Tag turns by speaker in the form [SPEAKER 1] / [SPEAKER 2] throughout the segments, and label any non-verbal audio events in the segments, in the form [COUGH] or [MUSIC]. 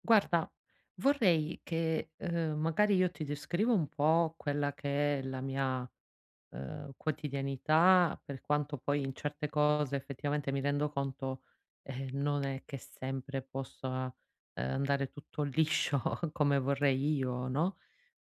[SPEAKER 1] Guarda, vorrei che, magari io ti descrivo un po' quella che è la mia, quotidianità. Per quanto poi in certe cose effettivamente mi rendo conto, non è che sempre possa, andare tutto liscio [LAUGHS] come vorrei io, no,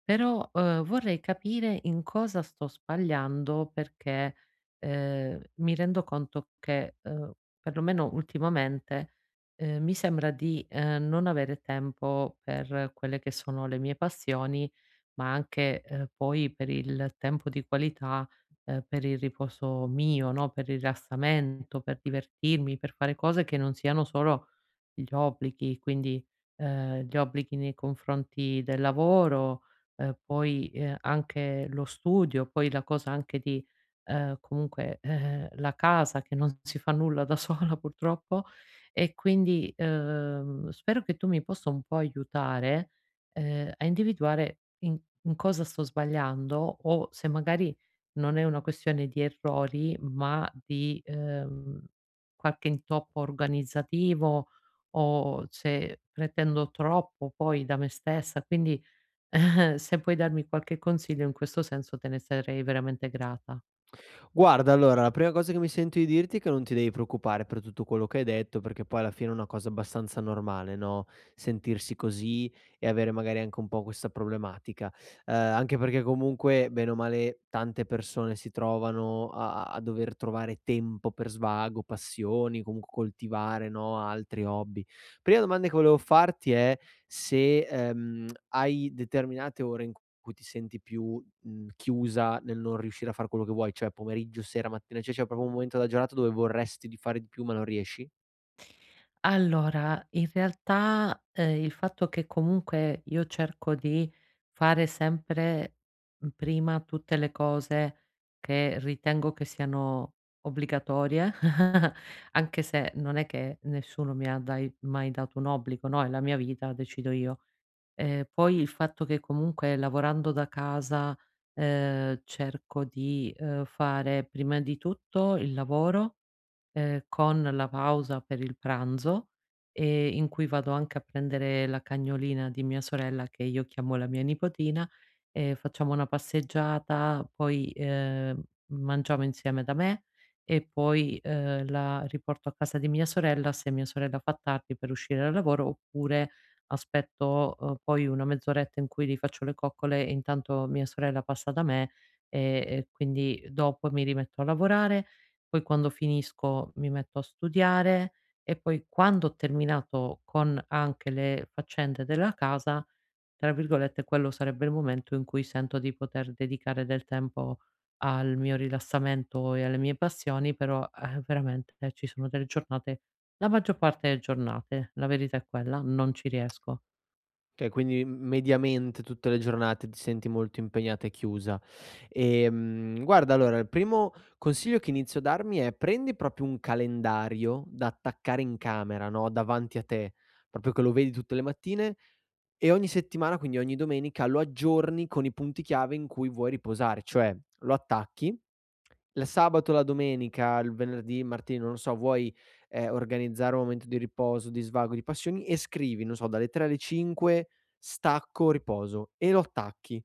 [SPEAKER 1] però, vorrei capire in cosa sto sbagliando perché, mi rendo conto che, perlomeno ultimamente, mi sembra di, non avere tempo per quelle che sono le mie passioni, ma anche, poi per il tempo di qualità, per il riposo mio, no, per il rilassamento, per divertirmi, per fare cose che non siano solo gli obblighi. Quindi, gli obblighi nei confronti del lavoro, poi, anche lo studio, poi la cosa anche di, comunque, la casa che non si fa nulla da [LAUGHS] sola purtroppo. E quindi, spero che tu mi possa un po' aiutare, a individuare in cosa sto sbagliando, o se magari non è una questione di errori, ma di, qualche intoppo organizzativo, o se pretendo troppo poi da me stessa. Quindi [LAUGHS] se puoi darmi qualche consiglio in questo senso te ne sarei veramente grata.
[SPEAKER 2] Guarda, allora, la prima cosa che mi sento di dirti è che non ti devi preoccupare per tutto quello che hai detto, perché poi alla fine è una cosa abbastanza normale, no, sentirsi così e avere magari anche un po' questa problematica. Anche perché comunque, bene o male, tante persone si trovano a dover trovare tempo per svago, passioni, comunque coltivare, no, altri hobby. Prima domanda che volevo farti è se, hai determinate ore in cui ti senti più chiusa nel non riuscire a far quello che vuoi, cioè pomeriggio, sera, mattina, cioè c'è proprio un momento della giornata dove vorresti di fare di più ma non riesci?
[SPEAKER 1] Allora, in realtà, il fatto che comunque io cerco di fare sempre, mhmm, prima tutte le cose che ritengo che siano obbligatorie, [LAUGHS] anche se non è che nessuno mi ha dai mai dato un obbligo, no, è la mia vita, decido io. Poi il fatto che comunque lavorando da casa, cerco di, fare prima di tutto il lavoro, con la pausa per il pranzo, in cui vado anche a prendere la cagnolina di mia sorella, che io chiamo la mia nipotina, e facciamo una passeggiata. Poi, mangiamo insieme da me e poi, la riporto a casa di mia sorella, se mia sorella fa tardi per uscire dal lavoro, oppure aspetto, poi una mezz'oretta in cui gli faccio le coccole e intanto mia sorella passa da me, e quindi dopo mi rimetto a lavorare, poi quando finisco mi metto a studiare, e poi quando ho terminato con anche le faccende della casa, tra virgolette, quello sarebbe il momento in cui sento di poter dedicare del tempo al mio rilassamento e alle mie passioni. Però, veramente ci sono delle giornate, la maggior parte delle giornate, la verità è quella, non ci riesco.
[SPEAKER 2] Okay, quindi mediamente tutte le giornate ti senti molto impegnata e chiusa. Guarda allora il primo consiglio che inizio a darmi è: prendi proprio un calendario da attaccare in camera, no, davanti a te, proprio che lo vedi tutte le mattine e ogni settimana, quindi ogni domenica, lo aggiorni con i punti chiave in cui vuoi riposare, cioè lo attacchi il sabato, la domenica, il venerdì, il martedì, non lo so, vuoi, organizzare un momento di riposo, di svago, di passioni e scrivi, non so, dalle 3 alle 5 stacco, riposo e lo attacchi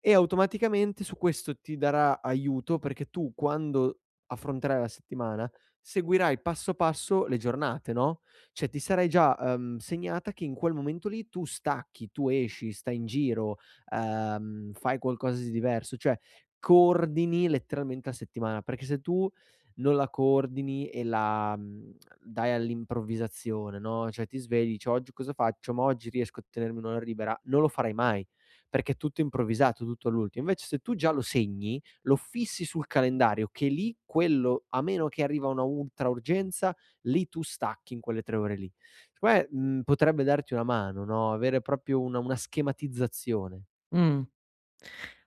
[SPEAKER 2] e automaticamente su questo ti darà aiuto perché tu quando affronterai la settimana seguirai passo passo le giornate, no, cioè ti sarai già, segnata che in quel momento lì tu stacchi, tu esci, stai in giro, fai qualcosa di diverso, cioè coordini letteralmente la settimana, perché se tu non la coordini e la, dai all'improvvisazione, no, cioè ti svegli, dici: "Oggi cosa faccio? Ma oggi riesco a tenermi un'ora libera?" Non lo farai mai perché è tutto improvvisato, tutto all'ultimo. Invece se tu già lo segni, lo fissi sul calendario che lì quello a meno che arriva una ultra urgenza, lì tu stacchi in quelle 3 ore lì. Secondo me, potrebbe darti una mano, no, avere proprio una schematizzazione.
[SPEAKER 1] Mh.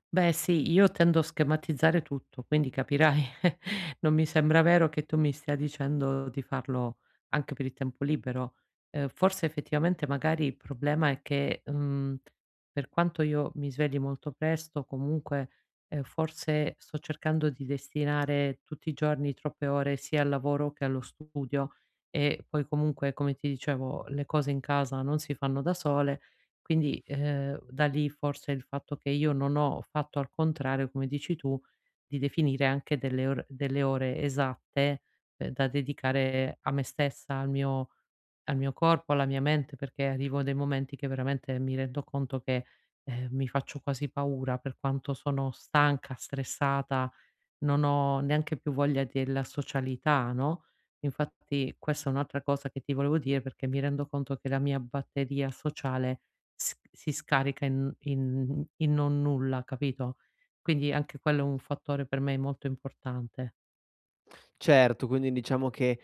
[SPEAKER 1] Beh sì, io tendo a schematizzare tutto, quindi capirai [LAUGHS] non mi sembra vero che tu mi stia dicendo di farlo anche per il tempo libero. Forse effettivamente magari il problema è che, mhmm, per quanto io mi svegli molto presto, comunque, forse sto cercando di destinare tutti i giorni troppe ore sia al lavoro che allo studio, e poi comunque, come ti dicevo, le cose in casa non si fanno da sole. Quindi, da lì forse il fatto che io non ho fatto al contrario, come dici tu, di definire anche delle or delle ore esatte, da dedicare a me stessa, al mio corpo, alla mia mente, perché arrivo a dei momenti che veramente mi rendo conto che, mi faccio quasi paura per quanto sono stanca, stressata, non ho neanche più voglia della socialità, no. Infatti questa è un'altra cosa che ti volevo dire, perché mi rendo conto che la mia batteria sociale s si scarica in in non nulla, capito, quindi anche quello è un fattore per me molto importante.
[SPEAKER 2] Certo, quindi diciamo che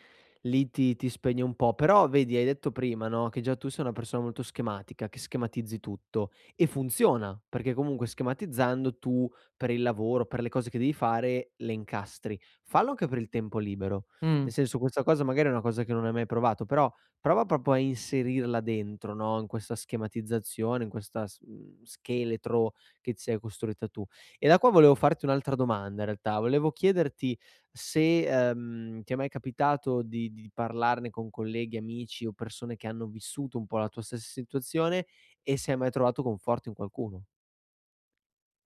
[SPEAKER 2] lì ti spegni un po', però vedi hai detto prima, no, che già tu sei una persona molto schematica, che schematizzi tutto e funziona, perché comunque schematizzando tu per il lavoro, per le cose che devi fare, le incastri. Fallo anche per il tempo libero.
[SPEAKER 1] Mh,
[SPEAKER 2] Nel senso questa cosa magari è una cosa che non hai mai provato, però prova proprio a inserirla dentro, no, in questa schematizzazione, in questa scheletro che ti sei costruita tu. E da qua volevo farti un'altra domanda in realtà, volevo chiederti se, ti è mai capitato di parlarne con colleghi, amici o persone che hanno vissuto un po' la tua stessa situazione e se hai mai trovato conforto in qualcuno.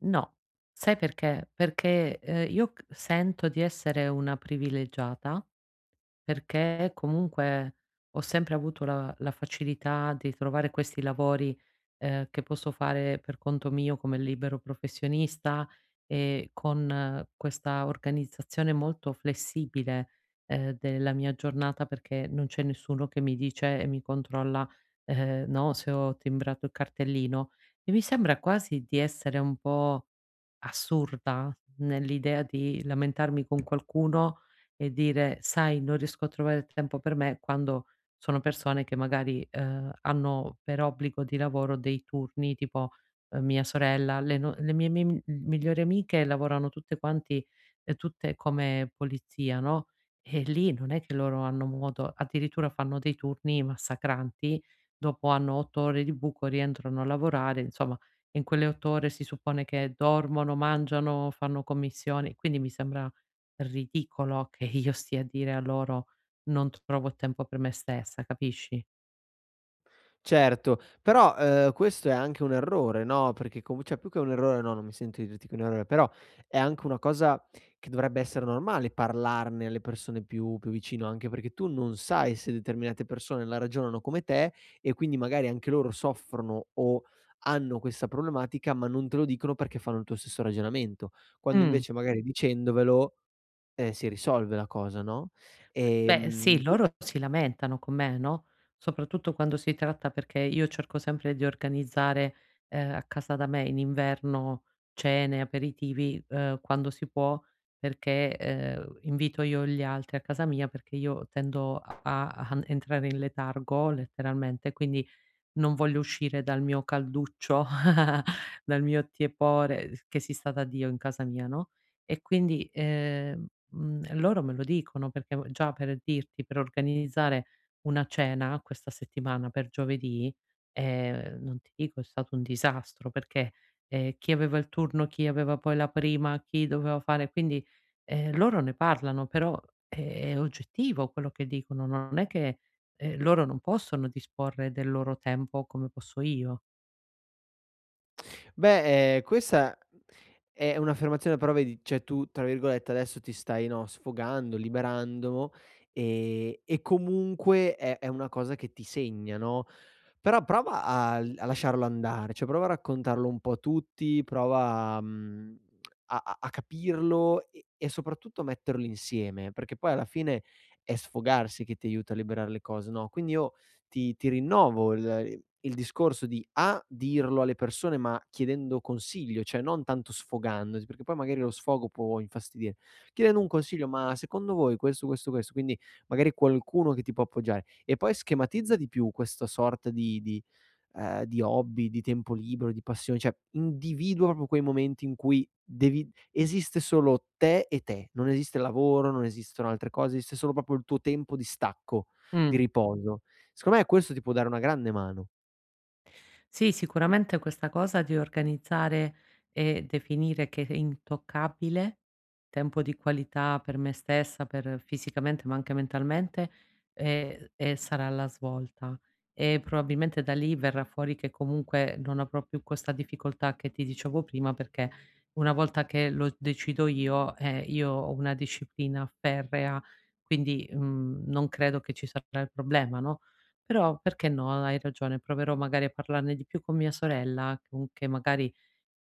[SPEAKER 1] no. Sai perché? Perché, io c sento di essere una privilegiata. Perché comunque ho sempre avuto la la facilità di trovare questi lavori, che posso fare per conto mio come libero professionista e con questa organizzazione molto flessibile, della mia giornata, perché non c'è nessuno che mi dice e mi controlla, no, se ho timbrato il cartellino. E mi sembra quasi di essere un po' assurda, nell'idea di lamentarmi con qualcuno e dire: "Sai, non riesco a trovare tempo per me", quando sono persone che magari, hanno per obbligo di lavoro dei turni, tipo, mia sorella, le no le mie mi migliori amiche lavorano tutte quanti tutte come polizia, no, e lì non è che loro hanno modo, addirittura fanno dei turni massacranti, dopo hanno 8 ore di buco, rientrano a lavorare, insomma in quelle 8 ore si suppone che dormono, mangiano, fanno commissioni, quindi mi sembra ridicolo [LAUGHS] che io stia a dire a loro: "Non trovo tempo per me stessa", capisci?
[SPEAKER 2] Certo, però, questo è anche un errore, no, perché comu cioè più che un errore no, non mi sento di dirti che è un errore, però è anche una cosa che dovrebbe essere normale parlarne alle persone più vicino, anche perché tu non sai se determinate persone la ragionano come te e quindi magari anche loro soffrono o hanno questa problematica, ma non te lo dicono perché fanno il tuo stesso ragionamento. Quando
[SPEAKER 1] Mh.
[SPEAKER 2] invece magari dicendovelo, si risolve la cosa, no,
[SPEAKER 1] Beh,
[SPEAKER 2] ehm
[SPEAKER 1] sì, loro si lamentano con me, no, soprattutto quando si tratta, perché io cerco sempre di organizzare, a casa da me in inverno, cene, aperitivi, quando si può, perché, invito io gli altri a casa mia perché io tendo a entrare in letargo letteralmente, quindi non voglio uscire dal mio calduccio, [LAUGHS] dal mio tiepore s che si sta da Dio in casa mia, no, e quindi, mhmm, loro me lo dicono perché v già per dirti, per organizzare una cena questa settimana per giovedì, non ti dico è stato un disastro perché, chi aveva il turno, chi aveva poi la prima, chi doveva fare, quindi, loro ne parlano, però è oggettivo quello che dicono, non è che loro non possono disporre del loro tempo come posso io.
[SPEAKER 2] Beh, questa è un'affermazione però vedi, cioè tu tra virgolette adesso ti stai, no, "sfogando", liberando, e comunque è una cosa che ti segna, no, però prova a lasciarlo andare, cioè prova a raccontarlo un po' a tutti, prova, a capirlo e soprattutto a metterlo insieme, perché poi alla fine è sfogarsi che ti aiuta a liberare le cose, no, quindi io ti rinnovo il discorso di A: dirlo alle persone, ma chiedendo consiglio, cioè non tanto sfogandoti, perché poi magari lo sfogo può infastidire. Chiedendo un consiglio: "Ma secondo voi questo, questo, questo", quindi magari qualcuno che ti può appoggiare. E poi schematizza di più questa sorta di di hobby, di tempo libero, di passione, cioè individua proprio quei momenti in cui devi esiste solo te e te, non esiste lavoro, non esistono altre cose, esiste solo proprio il tuo tempo di stacco, di
[SPEAKER 1] Mh.
[SPEAKER 2] riposo. Secondo me questo ti può dare una grande mano.
[SPEAKER 1] Sì, sicuramente questa cosa di organizzare e definire che è intoccabile, tempo di qualità per me stessa, per fisicamente ma anche mentalmente, e sarà la svolta. E probabilmente da lì verrà fuori che comunque non avrò più questa difficoltà che ti dicevo prima, perché una volta che lo decido io ho una disciplina ferrea, quindi, mhmm, non credo che ci sarà il problema, no? Però perché no, hai ragione, proverò magari a parlarne di più con mia sorella, con che magari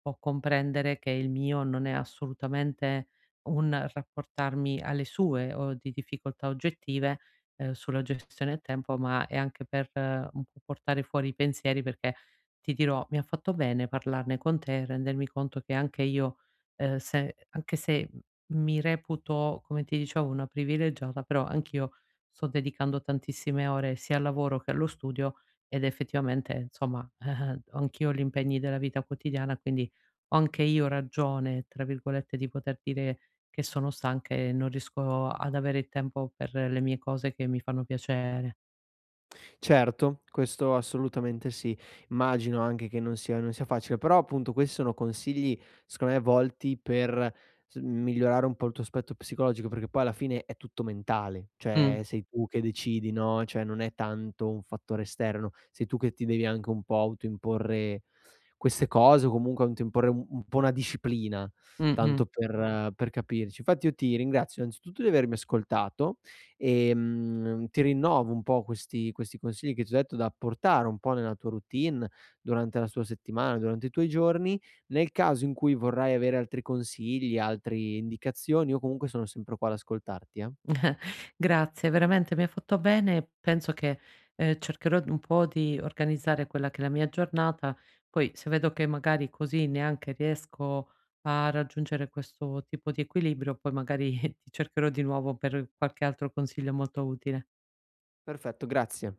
[SPEAKER 1] può comprendere che il mio non è assolutamente un rapportarmi alle sue o di difficoltà oggettive, sulla gestione del tempo, ma è anche per un po' portare fuori i pensieri, perché ti dirò, mi ha fatto bene parlarne con te e rendermi conto che anche io, se anche se mi reputo, come ti dicevo, una privilegiata, però anch'io sto dedicando tantissime ore sia al lavoro che allo studio, ed effettivamente, insomma, [LAUGHS] ho anch'io ho gli impegni della vita quotidiana, quindi ho anche io ragione, tra virgolette, di poter dire che sono stanca e non riesco ad avere il tempo per le mie cose che mi fanno piacere.
[SPEAKER 2] Certo, questo assolutamente sì. Immagino anche che non sia facile, però appunto questi sono consigli secondo me volti per s migliorare un po' il tuo aspetto psicologico, perché poi alla fine è tutto mentale,
[SPEAKER 1] Mh,
[SPEAKER 2] cioè sei tu che decidi, no, cioè non è tanto un fattore esterno, sei tu che ti devi anche un po' autoimporre queste cose o comunque autoimporre un po' una disciplina,
[SPEAKER 1] mh, mh.
[SPEAKER 2] tanto per capirci. Infatti io ti ringrazio innanzitutto di avermi ascoltato. Ti rinnovo un po' questi consigli che ti ho detto da portare un po' nella tua routine, durante la tua settimana, durante i tuoi giorni. Nel caso in cui vorrai avere altri consigli, altre indicazioni, io comunque sono sempre qua ad ascoltarti, eh.
[SPEAKER 1] [LAUGHS] Grazie, veramente mi hai fatto bene. Penso che, cercherò d un po' di organizzare quella che è la mia giornata, poi se vedo che magari così neanche riesco a raggiungere questo tipo di equilibrio, poi magari [LAUGHS] ti cercherò di nuovo per qualche altro consiglio molto utile.
[SPEAKER 2] Perfetto, grazie.